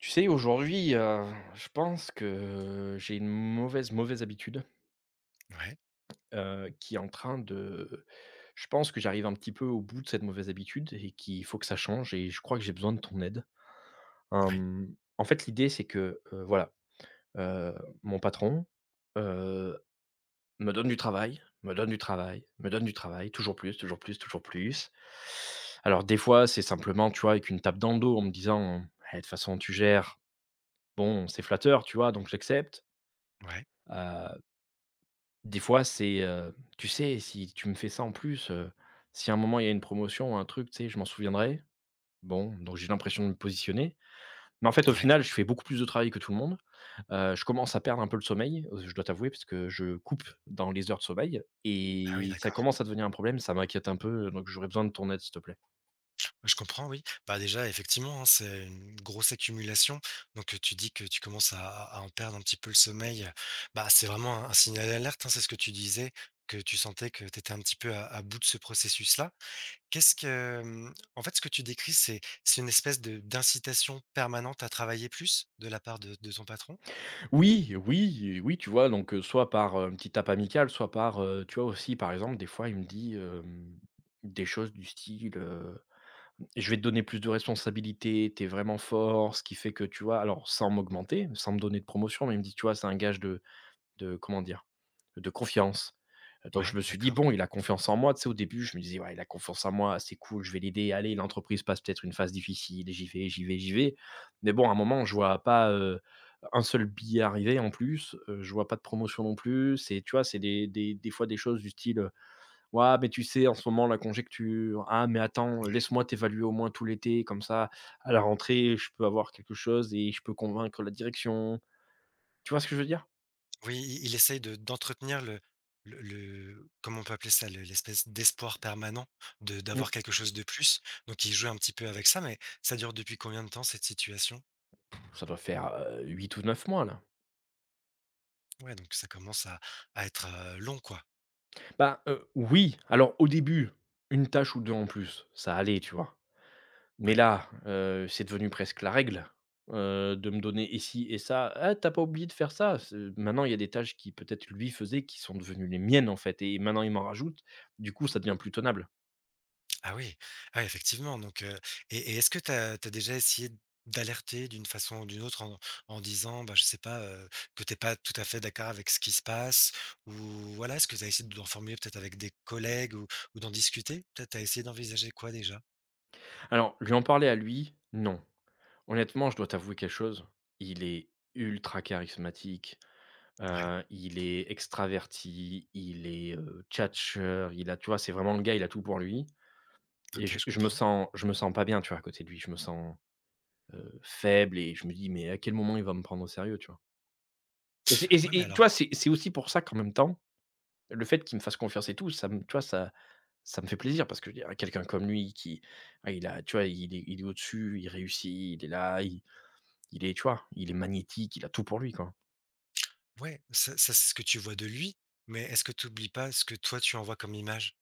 Tu sais, aujourd'hui, je pense que j'ai une mauvaise, mauvaise habitude, Ouais, qui est en train de je pense que j'arrive un petit peu au bout de cette mauvaise habitude et qu'il faut que ça change et je crois que j'ai besoin de ton aide. ouais, En fait, l'idée, c'est que, voilà, heu, mon patron, heu, me donne du travail, me donne du travail, me donne du travail, toujours plus, toujours plus, toujours plus. Alors des fois, c'est simplement, tu vois, avec une tape dans le dos en me disant: «Eh, de toute façon, tu gères». Bon, c'est flatteur, tu vois? Donc j'accepte. ouais, Heu, des fois, c'est, tu sais, si tu me fais ça en plus, si à un moment il y a une promotion ou un truc, tu sais, je m'en souviendrai. Bon, donc j'ai l'impression de me positionner. Mais en fait, au ouais. final, je fais beaucoup plus de travail que tout le monde. Je commence à perdre un peu le sommeil, je dois t'avouer, parce que je coupe dans les heures de sommeil Ah oui, et ça d'accord. commence à devenir un problème, ça m'inquiète un peu, donc j'aurais besoin de ton aide, s'il te plaît. Je comprends, oui. Bah, déjà, effectivement, hein, c'est une grosse accumulation. Donc, tu dis que tu commences à en perdre un petit peu le sommeil. Bah, c'est vraiment un signal d'alerte, hein, c'est ce que tu disais, que tu sentais que tu étais un petit peu à bout de ce processus-là. Qu'est-ce que, en fait, ce que tu décris, c'est une espèce de, d'incitation permanente à travailler plus de la part de ton patron? Oui, oui, oui, tu vois? Donc, soit par, une petite tape amicale, soit par, tu vois? Aussi, par exemple, des fois, il me dit, des choses du style: «Je vais te donner plus de responsabilités, t'es vraiment fort», ce qui fait que, tu vois? Alors sans m'augmenter, sans me donner de promotion, mais il me dit: «Tu vois? C'est un gage de comment dire? De confiance. Donc je Ouais, me suis dit: d'accord. «Bon, il a confiance en moi». Tu sais, au début, je me disais: «Ouais, il a confiance en moi, c'est cool, je vais l'aider. Allez, l'entreprise passe peut-être une phase difficile, j'y vais, j'y vais, j'y vais». Mais bon, à un moment, je vois pas, un seul billet arriver en plus, je vois pas de promotion non plus. C'est tu vois, c'est des fois des choses du style: «Ouah, mais tu sais, en ce moment, la conjecture. Ah, mais attends, laisse-moi t'évaluer au moins tout l'été, comme ça, à la rentrée, je peux avoir quelque chose et je peux convaincre la direction». Tu vois ce que je veux dire? Oui, i il essaye de d'entretenir le le comment on peut appeler ça? Le l'espèce d'espoir permanent de Mmh. d'avoir quelque chose de plus, donc il joue un petit peu avec ça, mais ça dure depuis combien de temps cette situation? Ça doit faire, 8 ou 9 mois là. Ouais, donc ça commence à être, long, quoi. Bah, oui, alors au début, une tâche ou 2 en plus, ça allait, tu vois? Mais Ouais. là, c'est devenu presque la règle, de me donner et ci et ça. «Ah, t'as pas oublié de faire ça?» C'est maintenant il y a des tâches qui peut-être lui faisait qui sont devenues les miennes en fait et maintenant il m'en rajoute, du coup ça devient plus tenable. Ah oui, ah oui, effectivement donc et est-ce que tu as déjà essayé d'alerter d'une façon ou d'une autre en en disant, bah, je sais pas, que t'es pas tout à fait d'accord avec ce qui se passe? Ou voilà, est-ce que tu as essayé d'en formuler peut-être avec des collègues ou d'en discuter? Peut-être tu as essayé d'envisager quoi déjà? Alors lui en parler à lui, non. Honnêtement, je dois t'avouer quelque chose, il est ultra charismatique. Ouais, Il est extraverti, il est, tchatcheur, il a tu vois, c'est vraiment le gars, il a tout pour lui et OK, je je je me comprends. sens je me sens pas bien, tu vois, à côté de lui. Je me sens, faible et je me dis: «Mais à quel moment il va me prendre au sérieux?» tu vois? Et c'est et c'est Ouais, mais et tu alors vois, c'est aussi pour ça qu'en même temps, le fait qu'il me fasse confiance et tout, ça me tu vois, ça me fait plaisir parce que je veux dire, quelqu'un comme lui qui ah, il a tu vois, il est au-dessus, il réussit, il est là, il est tu vois, il est magnétique, il a tout pour lui, quoi. ouais, ça ça c'est ce que tu vois de lui, mais est-ce que tu oublies pas ce que toi tu envoies comme image?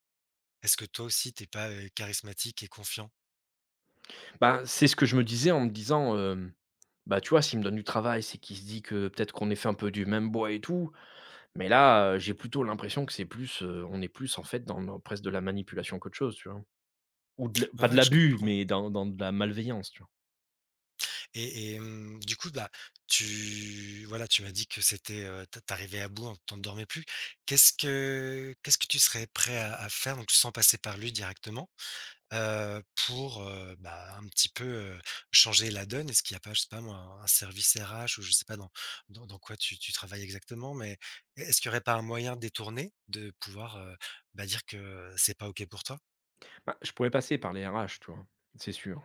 Est-ce que toi aussi t'es pas, charismatique et confiant? Bah, c'est ce que je me disais en me disant, hem: «Bah, tu vois, s'il me donne du travail, c'est qu'il se dit que peut-être qu'on est fait un peu du même bois et tout». Mais là, j'ai plutôt l'impression que c'est plus, on est plus en fait dans presque de la manipulation qu'autre chose, tu vois? Ou de l Ouais, pas de ouais, je l'abus, comprends. mais dans de la malveillance, tu vois? Et du coup, bah, tu voilà, tu m'as dit que c'était, tu à bout, hein, tu dormais plus. Qu'est-ce que tu serais prêt à faire, donc sans passer par lui directement, pour, bah, un petit peu, changer la donne? Est-ce qu'il y a pas, je sais pas moi, un service RH ou je sais pas dans dans quoi tu travailles exactement, mais est-ce qu'il y aurait pas un moyen détourné de pouvoir, bah, dire que c'est pas OK pour toi? Bah, je pourrais passer par les RH, tu vois? C'est sûr.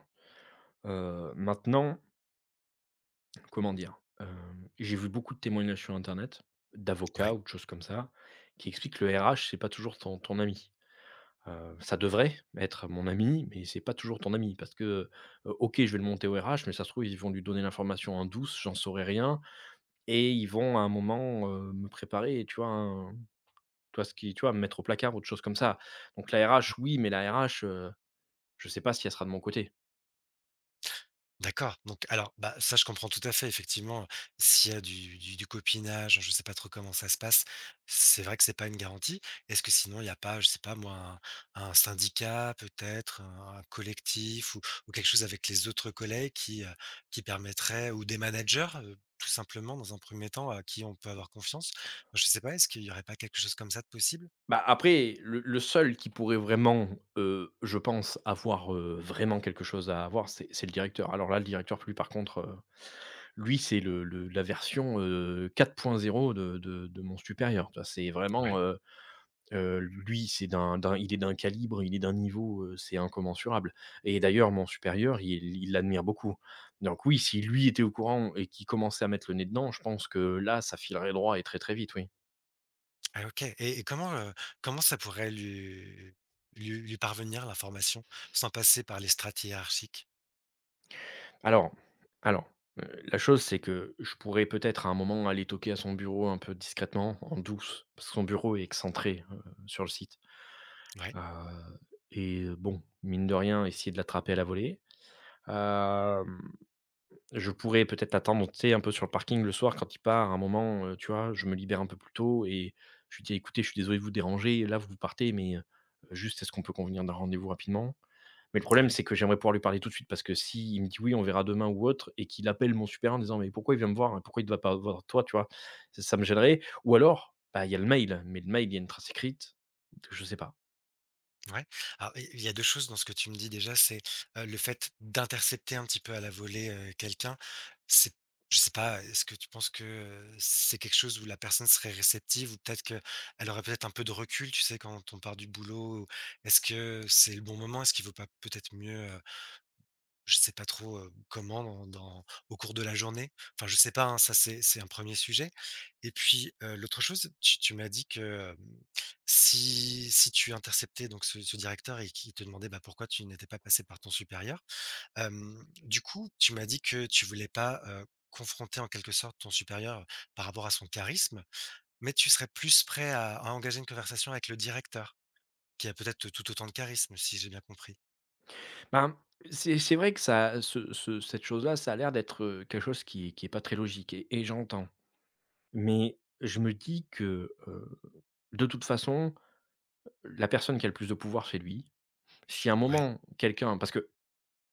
Maintenant, comment dire? J'ai vu beaucoup de témoignages sur internet, d'avocats Ouais. ou de choses comme ça, qui expliquent que le RH, c'est pas toujours ton ami. Ça devrait être mon ami, mais c'est pas toujours ton ami parce que, OK, je vais le monter au RH, mais ça se trouve, ils vont lui donner l'information en douce, j'en saurai rien et ils vont à un moment, me préparer, tu vois, un tu vois, me mettre au placard autre chose comme ça. Donc la RH, oui, mais la RH, je sais pas si elle sera de mon côté. D'accord, donc alors, bah, ça, je comprends tout à fait effectivement, s'il y a du copinage, je sais pas trop comment ça se passe, c'est vrai que c'est pas une garantie. Est-ce que sinon il n'y a pas, je sais pas moi, un syndicat peut-être, un collectif ou quelque chose avec les autres collègues qui permettrait ou des managers, tout simplement dans un premier temps à qui on peut avoir confiance? Je sais pas, est-ce qu'il y aurait pas quelque chose comme ça de possible? Bah, après, le seul qui pourrait vraiment, je pense avoir, vraiment quelque chose à avoir, c'est le directeur. Alors là, le directeur, lui, par contre, lui, c'est le la version, 4.0 de mon supérieur, tu vois? C'est Ouais. vraiment, lui, c'est d'un calibre, il est d'un niveau, c'est incommensurable et d'ailleurs mon supérieur, il l'admire beaucoup. Donc oui, si lui était au courant et qu'il commençait à mettre le nez dedans, je pense que là, ça filerait droit et très, très vite, oui. Ah OK et comment, comment ça pourrait lui lui parvenir l'information, sans passer par les strates hiérarchiques? Alors alors, la chose, c'est que je pourrais peut-être à un moment aller toquer à son bureau un peu discrètement, en douce, parce que son bureau est excentré, sur le site. Ouais, Heu et bon, mine de rien, essayer de l'attraper à la volée. Hem, je pourrais peut-être l'attendre, tu sais, un peu sur le parking le soir quand il part, à un moment, tu vois? Je me libère un peu plus tôt et je lui dis: «Écoutez, je suis désolé de vous déranger, là, vous partez, mais, juste est-ce qu'on peut convenir d'un rendez-vous rapidement?» Mais le problème, ouais, c'est que j'aimerais pouvoir lui parler tout de suite parce que si il me dit: «Oui, on verra demain» ou autre et qu'il appelle mon supérieur en disant: «Mais pourquoi il vient me voir? Hein, pourquoi il ne va pas voir toi?» tu vois? Ça me gênerait ou alors, bah, il y a le mail, mais le mail, il y a une trace écrite, je sais pas. ouais. Alors il y a deux choses dans ce que tu me dis déjà, c'est, le fait d'intercepter un petit peu à la volée, quelqu'un. C'est je sais pas, est-ce que tu penses que, c'est quelque chose où la personne serait réceptive ou peut-être qu'elle aurait peut-être un peu de recul, tu sais, quand on part du boulot? Est-ce que c'est le bon moment? Est-ce qu'il vaut pas peut-être mieux, je sais pas trop, comment dans au cours de la journée. Enfin, je sais pas, hein, ça c'est un premier sujet et puis, l'autre chose, tu m'as dit que, si si tu interceptais donc ce directeur et qu'il te demandait, bah, pourquoi tu n'étais pas passé par ton supérieur, du coup, tu m'as dit que tu voulais pas, confronter en quelque sorte ton supérieur par rapport à son charisme, mais tu serais plus prêt à engager une conversation avec le directeur qui a peut-être tout autant de charisme, si j'ai bien compris? Ben, c'est vrai que ça ce ce cette chose-là, ça a l'air d'être, quelque chose qui est pas très logique et j'entends. Mais je me dis que, de toute façon, la personne qui a le plus de pouvoir, c'est lui. Si à un Ouais, moment, quelqu'un parce qu'il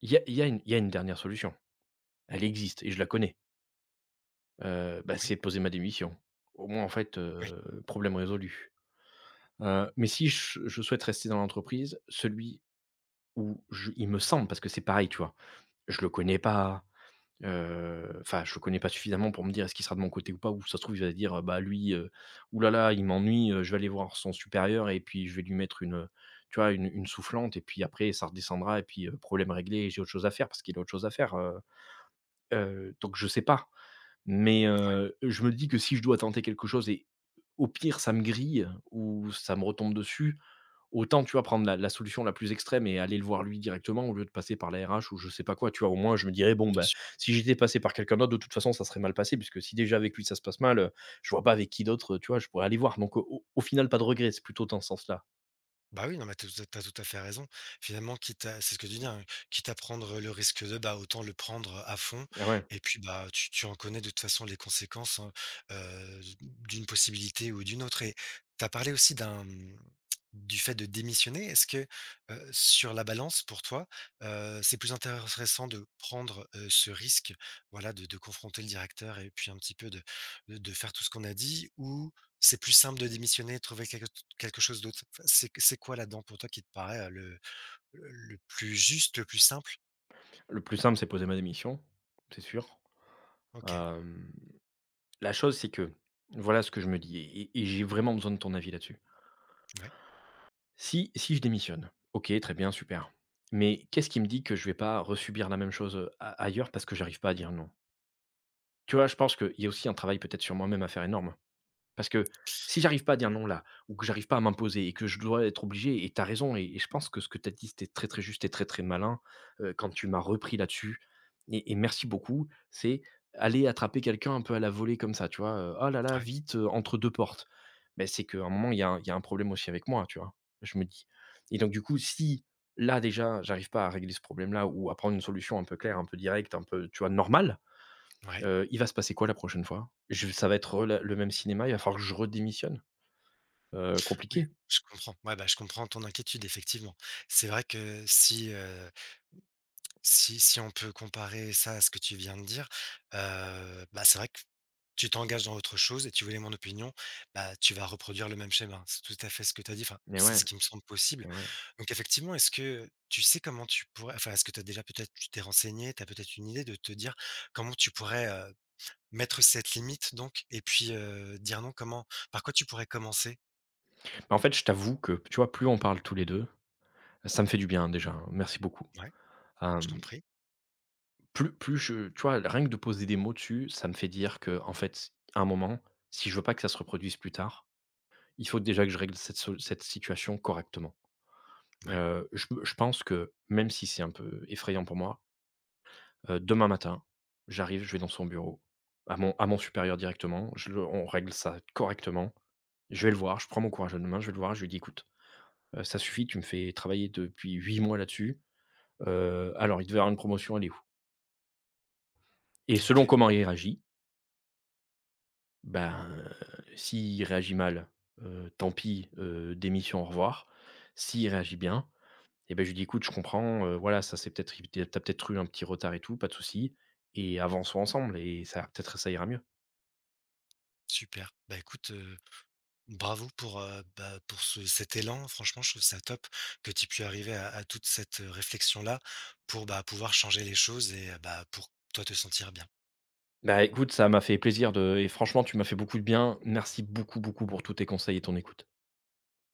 y a il y a une dernière solution, elle existe et je la connais, bah, oui, c'est de poser ma démission. Au moins, en fait, oui, problème résolu. Mais si je souhaite rester dans l'entreprise, celui où je il me semble, parce que c'est pareil, tu vois? Je le connais pas. Enfin, je le connais pas suffisamment pour me dire est-ce qu'il sera de mon côté ou pas, ou ça se trouve, il va dire, «Bah, lui, ouh il m'ennuie, je vais aller voir son supérieur et puis je vais lui mettre une, tu vois, une soufflante et puis après ça redescendra et puis, problème réglé, j'ai autre chose à faire» parce qu'il a autre chose à faire, donc je sais pas. Mais, ouais, je me dis que si je dois tenter quelque chose et au pire ça me grille ou ça me retombe dessus, autant, tu vois, prendre la solution la plus extrême et aller le voir lui directement au lieu de passer par la RH ou je sais pas quoi, tu vois? Au moins je me dirais: «Bon, bien ben sûr. si j'étais passé par quelqu'un d'autre, de toute façon, ça serait mal passé puisque si déjà avec lui ça se passe mal, je vois pas avec qui d'autre, tu vois, je pourrais aller voir». Donc, au final, pas de regret, c'est plutôt dans ce sens-là. Bah oui, non, mais t'as tout tu as tout à fait raison. Finalement, quitte à c'est ce que tu dis, hein, quitte à prendre le risque de, bah, autant le prendre à fond Ah ouais, et puis, bah, tu en connais de toute façon les conséquences, hein, d'une possibilité ou d'une autre et tu as parlé aussi d'un, mmh, du fait de démissionner. Est-ce que, sur la balance pour toi, c'est plus intéressant de prendre, ce risque, voilà, de confronter le directeur et puis un petit peu de de faire tout ce qu'on a dit ou c'est plus simple de démissionner et de trouver quelque quelque chose d'autre. Enfin, c'est quoi là-dedans pour toi qui te paraît, le plus juste, le plus simple? le plus simple, c'est poser ma démission, c'est sûr. OK, Hem, la chose, c'est que voilà ce que je me dis et j'ai vraiment besoin de ton avis là-dessus. ouais, Si je démissionne, OK, très bien, super. Mais qu'est-ce qui me dit que je vais pas resubir la même chose, a ailleurs parce que j'arrive pas à dire non? Tu vois? Je pense qu'il y a aussi un travail peut-être sur moi-même à faire énorme. Parce que si j'arrive pas à dire non là, ou que j'arrive pas à m'imposer et que je dois être obligé et tu as raison et je pense que ce que tu as dit, c'était très, très juste et très, très malin, quand tu m'as repris là-dessus et merci beaucoup. C'est aller attraper quelqu'un un peu à la volée comme ça, tu vois? «Oh là là, ouais, vite, entre 2 portes». Mais c'est qu'à un moment, il y a un problème aussi avec moi, tu vois? Je me dis et donc du coup, si là déjà, j'arrive pas à régler ce problème-là ou à prendre une solution un peu claire, un peu directe, un peu, tu vois, normale. ouais, Il va se passer quoi la prochaine fois? Je Ça va être la le même cinéma, il va falloir que je redémissionne? Ouais, Compliqué. je comprends. Ouais, bah, je comprends ton inquiétude effectivement. C'est vrai que si, si si on peut comparer ça à ce que tu viens de dire, bah, c'est vrai que tu t'engages dans autre chose et tu voulais mon opinion, bah, tu vas reproduire le même schéma. C'est tout à fait ce que tu as dit, enfin, Mais c'est ouais, ce qui me semble possible. mais ouais. Donc effectivement, est-ce que tu sais comment tu pourrais enfin, est-ce que tu as déjà peut-être tu t'es renseigné, tu as peut-être une idée de te dire comment tu pourrais, mettre cette limite donc et puis, dire non, comment par quoi tu pourrais commencer? En fait, je t'avoue que, tu vois, plus on parle tous les 2, ça me fait du bien hein, déjà, hein, merci beaucoup. Ouais, je t'en Hem, prie. plus je tu vois, rien que de poser des mots dessus, ça me fait dire que en fait, à un moment, si je veux pas que ça se reproduise plus tard, il faut déjà que je règle cette situation correctement. Ouais, Je pense que, même si c'est un peu effrayant pour moi, demain matin, j'arrive, je vais dans son bureau, à mon supérieur directement, je le on règle ça correctement. Je vais le voir, je prends mon courage à 2 mains, je vais le voir, je lui dis: «Écoute, ça suffit, tu me fais travailler depuis 8 mois là-dessus, alors il devait avoir une promotion, elle est où?» et selon OK, comment il réagit, ben, s'il réagit mal, tant pis, démission, au revoir. S'il réagit bien, et ben, je lui dis: «Écoute, je comprends, voilà, ça c'est peut-être tu as peut-être eu un petit retard et tout, pas de souci et avançons ensemble et ça peut-être ça ira mieux». super. Bah, écoute, bravo pour, bah, pour ce cet élan. Franchement, je trouve ça top que tu aies pu arriver à toute cette, réflexion-là pour, bah, pouvoir changer les choses et bah, pour toi te sentir bien. Bah, écoute, ça m'a fait plaisir de et franchement, tu m'as fait beaucoup de bien. Merci beaucoup, beaucoup pour tous tes conseils et ton écoute.